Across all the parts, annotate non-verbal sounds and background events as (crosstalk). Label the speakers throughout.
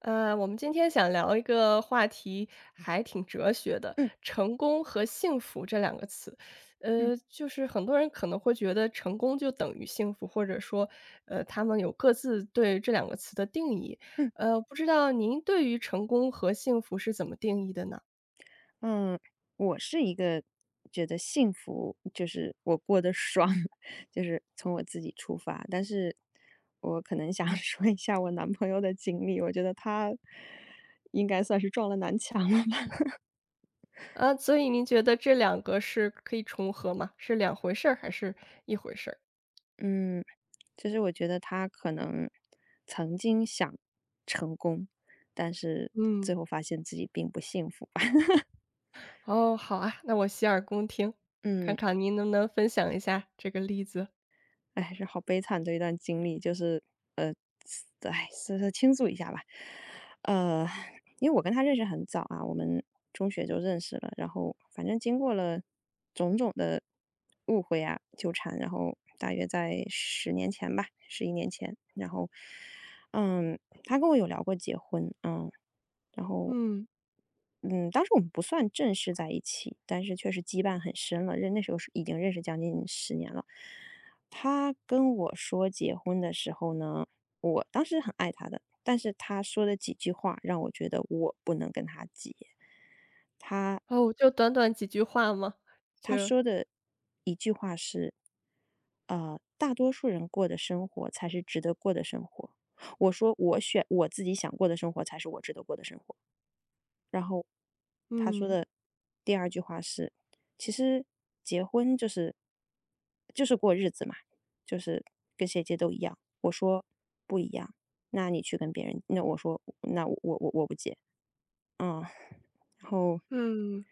Speaker 1: 我们今天想聊一个话题，还挺哲学的，
Speaker 2: 嗯
Speaker 1: 成功和幸福这两个词。
Speaker 2: 嗯
Speaker 1: 就是很多人可能会觉得成功就等于幸福，或者说，他们有各自对这两个词的定义。
Speaker 2: 嗯
Speaker 1: 不知道您对于成功和幸福是怎么定义的呢？
Speaker 2: 嗯，我是一个觉得幸福就是我过得爽，(laughs) 就是从我自己出发。但是我可能想 (laughs) 说一下我男朋友的经历，我觉得他应该算是撞了南墙了吧。
Speaker 1: 啊，所以您觉得这两个是可以重合吗？是两回事儿还是一回事儿？
Speaker 2: (laughs) 嗯，就是我觉得他可能曾经想成功，但是
Speaker 1: 嗯。
Speaker 2: 最后发现自己并不幸福吧。(laughs)
Speaker 1: 哦，好啊，那我洗耳恭听，看
Speaker 2: 嗯。
Speaker 1: 看您能不能分享一下这个例子。
Speaker 2: 哎，是好悲惨的一段经历，就是呃，哎，是倾诉一下吧。呃，因为我跟他认识很早啊，我们中学就认识了，然后反正经过了种种的误会啊、纠缠，然后大约在10年前吧，11年前，然后他跟我有聊过结婚，然后，
Speaker 1: 嗯。
Speaker 2: 嗯，当时我们不算正式在一起，但是确实羁绊很深了。那时候是已经认识将近十年了。他跟我说结婚的时候呢，我当时很爱他的，但是他说的几句话让我觉得我不能跟他结。他
Speaker 1: 哦，就短短几句话吗？
Speaker 2: 他
Speaker 1: 这
Speaker 2: 说的一句话是，大多数人过的生活才是值得过的生活。我说我选我自己想过的生活才是我值得过的生活。然后他说
Speaker 1: 嗯。
Speaker 2: 的第二句话是："其实结婚就是过日子嘛，就是跟谁结都一样。"我说不一样，那你去跟别人，那我说那我不结，嗯，然后
Speaker 1: 嗯。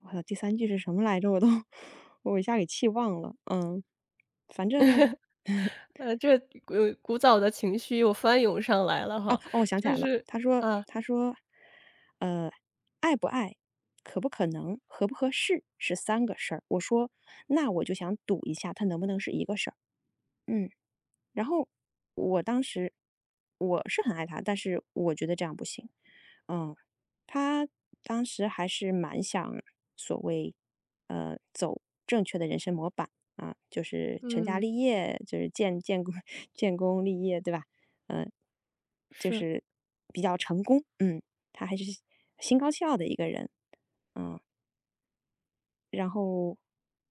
Speaker 2: 我操，第三句是什么来着？我都 (laughs) 我一下给气忘了。嗯，反正 (laughs)
Speaker 1: 呃，这古早的情绪又翻涌上来了
Speaker 2: 哦
Speaker 1: 哈。
Speaker 2: 哦，我想起来
Speaker 1: 就
Speaker 2: 了。
Speaker 1: 是
Speaker 2: 他说
Speaker 1: 啊。
Speaker 2: 他说，呃，爱不爱，可不可能，合不合适是三个事儿。我说那我就想赌一下，它能不能是一个事儿。嗯。然后我当时我是很爱他，但是我觉得这样不行。嗯，他当时还是蛮想所谓走正确的人生模板啊，就是成家
Speaker 1: 嗯，
Speaker 2: 立业，就是建建功 (laughs) 建功立业，对吧？嗯，就
Speaker 1: 是。
Speaker 2: 是比较成功。嗯，他还是心高气傲的一个人。嗯，然后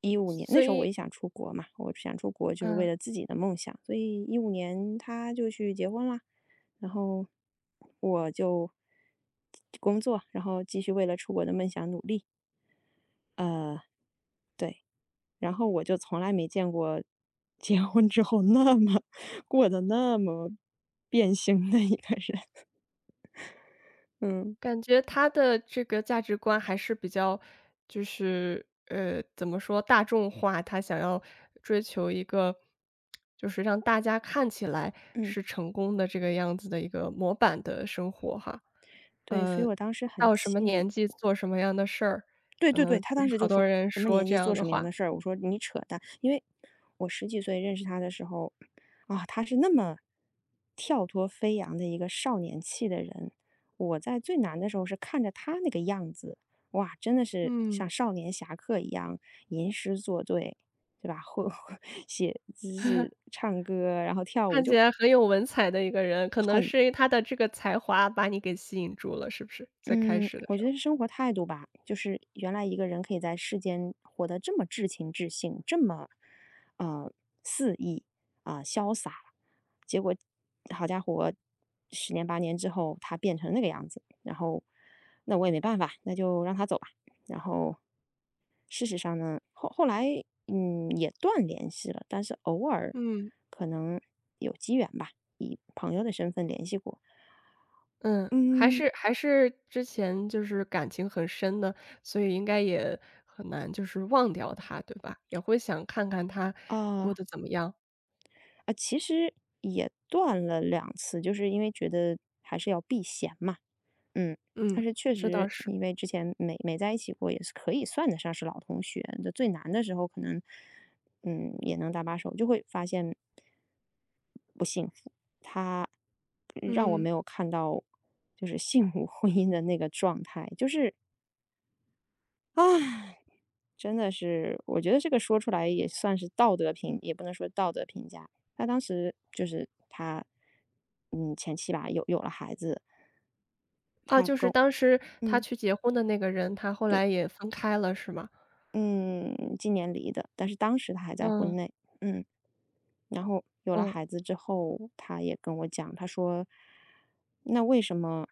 Speaker 2: 一五年那
Speaker 1: 所
Speaker 2: 时候我也
Speaker 1: 以，
Speaker 2: 想出国嘛，我想出国就是为
Speaker 1: 嗯，
Speaker 2: 了自己的梦想，所以一五年他就去结婚啦。然后我就工作，然后继续为了出国的梦想努力。呃，对，然后我就从来没见过结婚之后那么过得那么变形的一个人。嗯，
Speaker 1: 感觉他的这个价值观还是比较就是，怎么说，大众化，他想要追求一个就是让大家看起来
Speaker 2: 嗯，
Speaker 1: 是成功的这个样子的一个模板的生活哈。
Speaker 2: 对，所以
Speaker 1: 呃，
Speaker 2: 我当时很
Speaker 1: 到什么年
Speaker 2: 气。
Speaker 1: 纪做什么样的事儿，
Speaker 2: 对
Speaker 1: 可
Speaker 2: 对对，
Speaker 1: 能
Speaker 2: 他
Speaker 1: 就
Speaker 2: 当
Speaker 1: 是
Speaker 2: 时
Speaker 1: 好
Speaker 2: 就
Speaker 1: 多
Speaker 2: 说
Speaker 1: 人
Speaker 2: 什么
Speaker 1: 说
Speaker 2: 年
Speaker 1: 这
Speaker 2: 纪
Speaker 1: 样
Speaker 2: 做
Speaker 1: 的
Speaker 2: 什么样
Speaker 1: 话。
Speaker 2: 的事儿，我说你扯淡，因为我十几岁认识他的时候，啊，他是那么跳脱飞扬的一个少年气的人，我在最难的时候是看着他那个样子，哇，真的是
Speaker 1: 嗯，
Speaker 2: 像少年侠客一样吟诗作对，对吧？会 (laughs) 写就是唱歌，然后跳舞，
Speaker 1: 看起
Speaker 2: 就
Speaker 1: 来很有文采的一个人，可能
Speaker 2: 很。
Speaker 1: 是他的这个才华把你给吸引住了，是不是？在开
Speaker 2: 嗯，
Speaker 1: 始的
Speaker 2: 我
Speaker 1: 时
Speaker 2: 觉得
Speaker 1: 候。
Speaker 2: 是生活态度吧，就是原来一个人可以在世间活得这么至情至性，这么，呃，肆意啊、潇洒，结果好家伙，十年八年之后他变成那个样子，然后那我也没办法，那就让他走吧。然后事实上呢，后来也断联系了，但是偶尔
Speaker 1: 嗯。
Speaker 2: 可能有机缘吧，以朋友的身份联系过，
Speaker 1: 嗯，还
Speaker 2: 嗯
Speaker 1: 是还是之前就是感情很深的，所以应该也很难就是忘掉他，对吧？也会想看看他过
Speaker 2: 啊。
Speaker 1: 得怎么样。
Speaker 2: 啊，其实也断了两次，就是因为觉得还是要避嫌嘛。嗯，
Speaker 1: 嗯，
Speaker 2: 但是确
Speaker 1: 这倒
Speaker 2: 实
Speaker 1: 是。
Speaker 2: 因为之前没在一起过，也是可以算得上是老同学的，就最难的时候可能，嗯，也能搭把手，就会发现不幸福。他让我没
Speaker 1: 嗯。
Speaker 2: 有看到就是幸福 (laughs) 婚姻的那个状态，就是唉，真的是，我觉得这个说出来也算是道德评也不能说道德评价。他当时就是他，前妻吧，有了孩子，
Speaker 1: 啊，
Speaker 2: 他
Speaker 1: 就是
Speaker 2: 跟
Speaker 1: 当时他
Speaker 2: 嗯，
Speaker 1: 去结婚的那个人，他后
Speaker 2: 对，
Speaker 1: 来也分开了，是吗？
Speaker 2: 嗯，今年离的，但是当时他还在婚
Speaker 1: 嗯。
Speaker 2: 内，嗯。然后有了
Speaker 1: 嗯。
Speaker 2: 孩子之后，他也跟我讲，他说："那为什么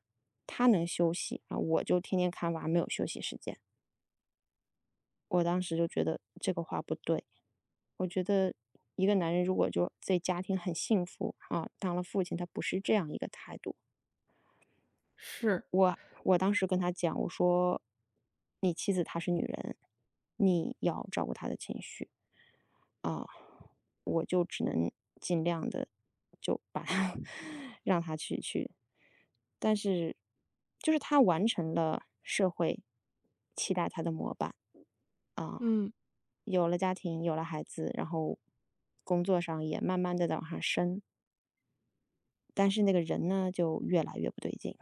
Speaker 2: 他能休息啊，我就天天看娃，没有休息时间？"我当时就觉得这个话不对。我觉得一个男人如果就对家庭很幸福啊，当了父亲，他不是这样一个态度。
Speaker 1: 是，
Speaker 2: 我我当时跟他讲，我说你妻子她是女人，你要照顾她的情绪啊，我就只能尽量的就把她 (laughs) 让她去去，但是就是他完成了社会期待她的模板。啊，
Speaker 1: 嗯。
Speaker 2: 有了家庭，有了孩子，然后工作上也慢慢的在往上升，但是那个人呢，就越来越不对劲。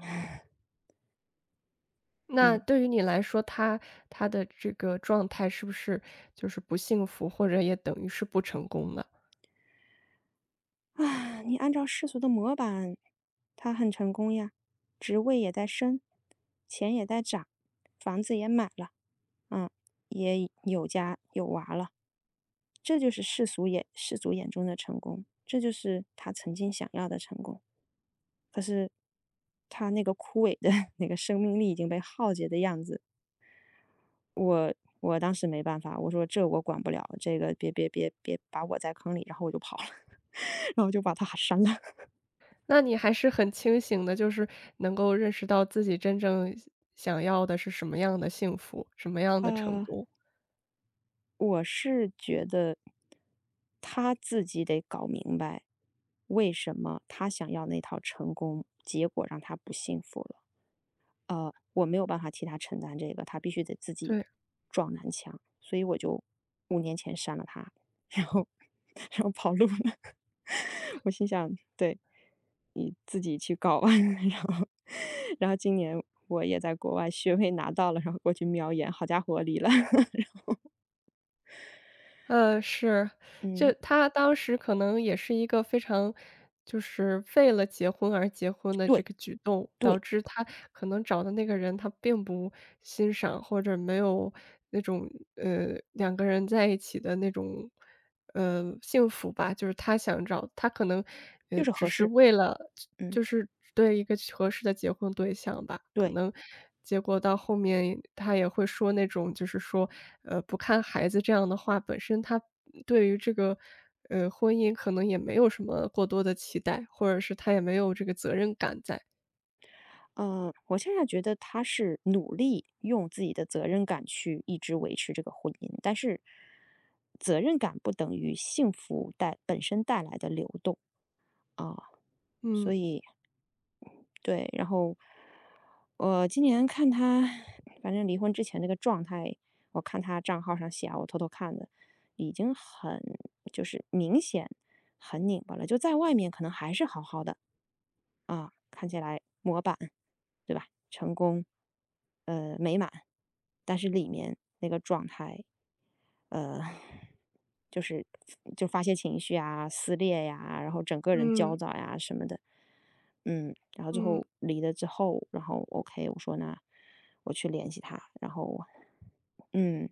Speaker 1: 那
Speaker 2: 嗯，
Speaker 1: 对于你来说，他的这个状态是不是就是不幸福，或者也等于是不成功的？
Speaker 2: 啊，你按照世俗的模板，他很成功呀，职位也在升，钱也在涨，房子也买了，啊，也有家有娃了，这就是世俗眼中的成功，这就是他曾经想要的成功。可是他那个枯萎的 (laughs) 那个生命力已经被耗竭的样子，我我当时没办法，我说这我管不了，这个别把我在坑里，然后我就跑了，(laughs) 然后就把他删了。
Speaker 1: 那你还是很清醒的，就是能够认识到自己真正想要的是什么样的幸福，什么样的成
Speaker 2: 啊，
Speaker 1: 功。
Speaker 2: 我是觉得他自己得搞明白，为什么他想要那套成功，结果让他不幸福了。我没有办法替他承担这个，他必须得自己
Speaker 1: 对。
Speaker 2: 撞南墙，所以我就5年前删了他，然后 (laughs) 然后跑路了。(laughs) 我心想，对你自己去搞吧。(laughs) 然后然后今年我也在国外学位拿到了，然后过去瞄一眼，好家伙，离了。(laughs)
Speaker 1: 是，就
Speaker 2: 嗯，
Speaker 1: 他当时可能也是一个非常就是为了结婚而结婚的这
Speaker 2: 对
Speaker 1: 个举动，导
Speaker 2: 对，
Speaker 1: 致他可能找的那个人他并不欣赏，或者没有那种，两个人在一起的那种，幸福吧，就是他想找他可能，
Speaker 2: 就是
Speaker 1: 只
Speaker 2: 合
Speaker 1: 是
Speaker 2: 适。
Speaker 1: 为了
Speaker 2: 嗯，
Speaker 1: 就是对一个合适的结婚对象吧，可
Speaker 2: 对。
Speaker 1: 能结果到后面他也会说那种就是说，不看孩子这样的话，本身他对于这个，婚姻可能也没有什么过多的期待，或者是他也没有这个责任感在。
Speaker 2: 嗯，我现在觉得他是努力用自己的责任感去一直维持这个婚姻，但是责任感不等于幸福带本身带来的流动啊，所
Speaker 1: 嗯。
Speaker 2: 以对，然后我今年看他，反正离婚之前那个状态，我看他账号上写啊，我偷偷看的，已经很就是明显很拧巴了，就在外面可能还是好好的啊，看起来模板对吧？成功，美满，但是里面那个状态，呃，就是就发泄情绪啊，撕裂呀、然后整个人焦
Speaker 1: 嗯。
Speaker 2: 躁呀、什么的。嗯，然后最
Speaker 1: 嗯。
Speaker 2: 后离了之后，然后 OK,我说那我去联系他，然后，嗯，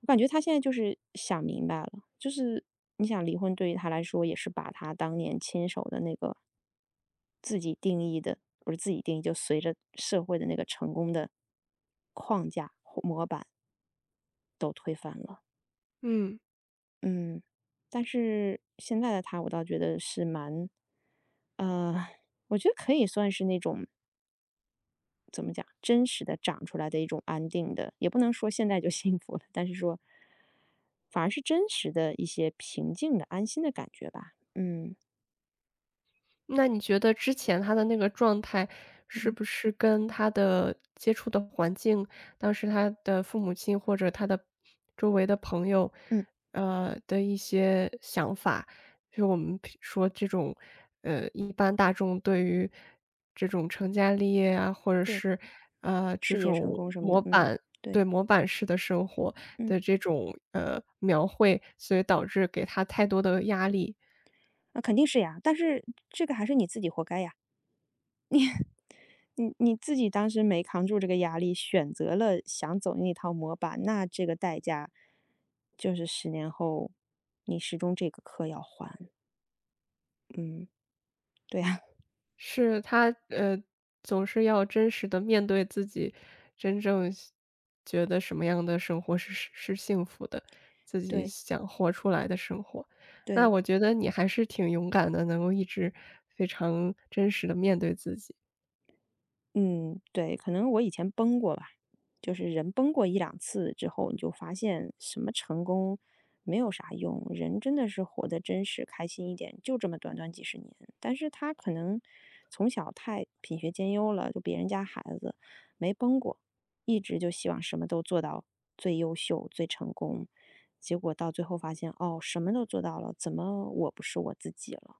Speaker 2: 我感觉他现在就是想明白了，就是你想离婚对于他来说也是把他当年亲手的那个自己定义的，不是自己定义，就随着社会的那个成功的框架或模板都推翻了。
Speaker 1: 嗯。
Speaker 2: 嗯，但是现在的他，我倒觉得是蛮，呃，我觉得可以算是那种怎么讲，真实的长出来的一种安定的，也不能说现在就 (laughs) 幸福了，但是说反而是真实的一些平静的、安心的感觉吧。嗯
Speaker 1: 那你觉得之前他的那个状态，是
Speaker 2: 嗯
Speaker 1: 不是跟他的接触的环境，当时他的父母亲或者他的周围的朋友，
Speaker 2: 嗯，
Speaker 1: 的一些想法，就我们平说这种，一般大众对于这种成家立业啊，或者
Speaker 2: 对，
Speaker 1: 是，这
Speaker 2: 事业成
Speaker 1: 种
Speaker 2: 功什么的，
Speaker 1: 模
Speaker 2: 嗯，
Speaker 1: 板
Speaker 2: 对，
Speaker 1: 对，模板式的生活
Speaker 2: 嗯，
Speaker 1: 的这种，描绘，所以导致给他太多的压力。
Speaker 2: 那肯定是呀，但是这个还是你自己活该呀。你自己当时没扛住这个压力，选择了想走那套模板，那这个代价就是10年后你始终这个课要还。嗯，对呀，(laughs)
Speaker 1: 是，他，总是要真实的面对自己真正觉得什么样的生活是幸福的，自己
Speaker 2: 对
Speaker 1: 想活出来的生活。那
Speaker 2: 对。
Speaker 1: 我觉得你还是挺勇敢的，能够一直非常真实的面对自己。
Speaker 2: 嗯，对，可能我以前崩过吧，就是人崩过一两次之后，你就发现什么成功没有啥用，人真的是活得真实、开心一点，就这么短短几十年。但是他可能从小太品学兼优了，就别人家孩子没崩过，一直就希望什么都做到最优秀、最成功，结果到最后发现，哦，什么都做到了，怎么我不是我自己了？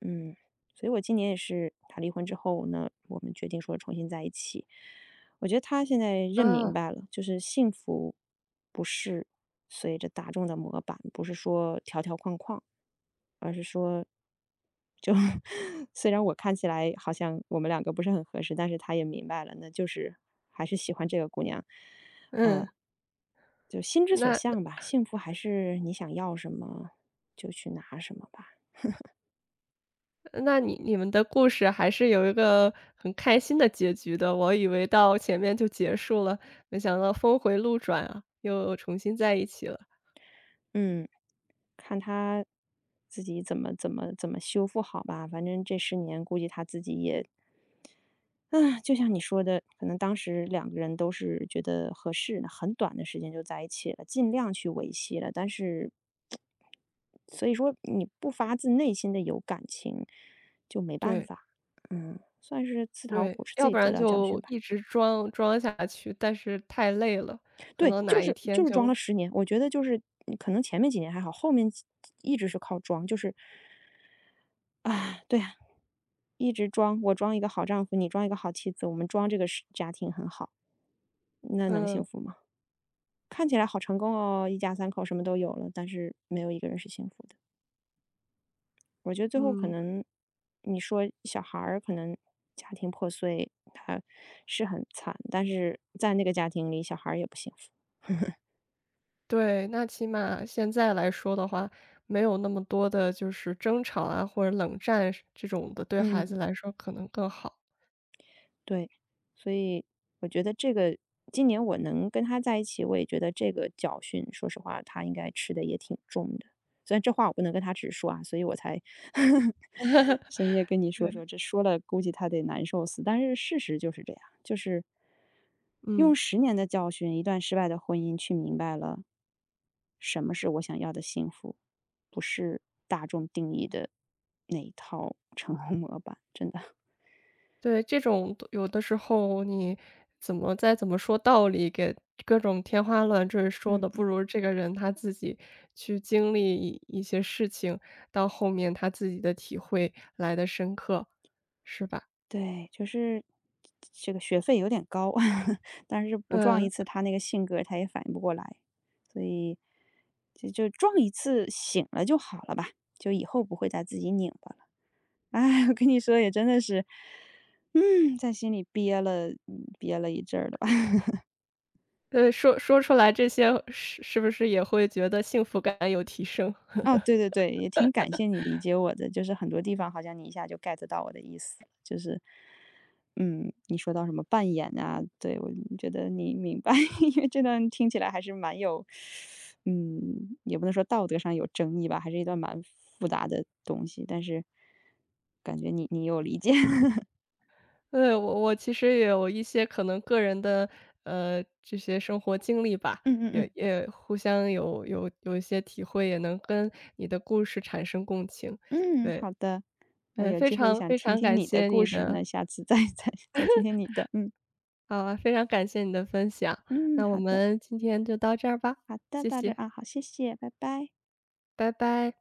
Speaker 2: 嗯，所以我今年也是他离婚之后呢，我们决定说重新在一起。我觉得他现在认明
Speaker 1: 啊。
Speaker 2: 白了，就是幸福不是随着大众的模板，不是说条条框框，而是说就 (laughs) 虽然我看起来好像我们两个不是很合适，但是他也明白了，那就是还是喜欢这个姑娘，
Speaker 1: 嗯。
Speaker 2: 就心之所
Speaker 1: 那那
Speaker 2: 向吧。幸福还是你想要什么就去拿什么吧。
Speaker 1: 那你们的故事还是有一个很开心的结局的，我以为到前面就结束了，没想到峰回路转啊，又重新在一起了。
Speaker 2: 嗯，看他自己怎么修复好吧。反正这十年估计他自己也啊，就像你说的，可能当时两个人都是觉得合适，很短的时间就在一起了，尽量去维系了。但是所以说你不发自内心的有感情，就没办
Speaker 1: 对。
Speaker 2: 法。嗯，算是自讨
Speaker 1: 对，
Speaker 2: 苦吃，自
Speaker 1: 要
Speaker 2: 己
Speaker 1: 不
Speaker 2: 得
Speaker 1: 然
Speaker 2: 到教训
Speaker 1: 就
Speaker 2: 吧。
Speaker 1: 一直装下去，但是太累了，可
Speaker 2: 对，
Speaker 1: 能
Speaker 2: 就
Speaker 1: 哪一
Speaker 2: 是就
Speaker 1: 天
Speaker 2: 是装了
Speaker 1: 就。
Speaker 2: 十年，我觉得就是可能前面几年还好，后面一直是靠装，就是啊，对啊，一直装，我装一个好丈夫，你装一个好妻子，我们装这个是家庭很好，那能幸
Speaker 1: 嗯。
Speaker 2: 福吗？看起来好成功哦，一家三口什么都有了，但是没有一个人是幸福的。我觉得最后可
Speaker 1: 嗯。
Speaker 2: 能，你说小孩儿可能家庭破碎，他是很惨，但是在那个家庭里，小孩儿也不幸福。
Speaker 1: 对，那起码现在来说的话，没有那么多的就是争吵啊，或者冷战是这种的，对孩
Speaker 2: 嗯。
Speaker 1: 子来说可能更好。
Speaker 2: 对，所以我觉得这个今年我能跟他在一起，我也觉得这个教训，说实话，他应该吃的也挺重的。虽然这话我不能跟他直说啊，所以我才 (laughs) 深夜跟你说说，这说了估计他得难受死。但是事实就是这样，就是用
Speaker 1: 嗯。
Speaker 2: 十年的教训，一段失败的婚姻，去明白了什么是我想要的幸福，不是大众定义的那一套成 (laughs) 功模板，真的。(laughs)
Speaker 1: 对，这种有的时候你怎么再怎么说道理，给各种天花乱坠说
Speaker 2: 嗯。
Speaker 1: 的，不如这个人他自己去经历一些事情，到后面他自己的体会来的深刻，是吧？
Speaker 2: 对，就是这个学费有点高，(laughs) 但是不撞一
Speaker 1: 嗯。
Speaker 2: 次他那个性格他也反应不过来，所以就撞一次醒了就好了吧，就以后不会再自己拧巴了。哎，(laughs) 我跟你说也真的是，嗯，在心里憋了一阵儿了吧。(laughs)
Speaker 1: 对，说说出来这些是不是也会觉得幸福感有提升？
Speaker 2: 哦，对对对，也挺感谢你理解我的，就是很多地方好像你一下就 get 到我的意思了就是嗯，你说到什么扮演啊，对，我觉得你明白，(laughs) 因为这段听起来还是蛮有，嗯，也不能说道德上有争议吧，还是一段蛮复杂的东西，但是感觉你有理解，(laughs)
Speaker 1: 对，我其实也有一些可能个人的，这些生活经历吧，
Speaker 2: 嗯嗯嗯
Speaker 1: 也互相有一些体会，也能跟你的故事产生共情。
Speaker 2: 嗯，
Speaker 1: 对，
Speaker 2: 好的，那有
Speaker 1: 非
Speaker 2: 机会
Speaker 1: 常
Speaker 2: 想
Speaker 1: 非
Speaker 2: 听
Speaker 1: 常
Speaker 2: 听
Speaker 1: 感
Speaker 2: 你的
Speaker 1: 谢
Speaker 2: 故
Speaker 1: 你
Speaker 2: 事，
Speaker 1: 的
Speaker 2: 那下次再 (laughs) 再听听你的，嗯
Speaker 1: 啊，非常感谢你的分享。
Speaker 2: 嗯，
Speaker 1: 那我
Speaker 2: 好的
Speaker 1: 们今天就到这儿吧，
Speaker 2: 好的，
Speaker 1: 谢
Speaker 2: 到这儿
Speaker 1: 谢，
Speaker 2: 啊，好，谢谢，拜拜。
Speaker 1: 拜拜。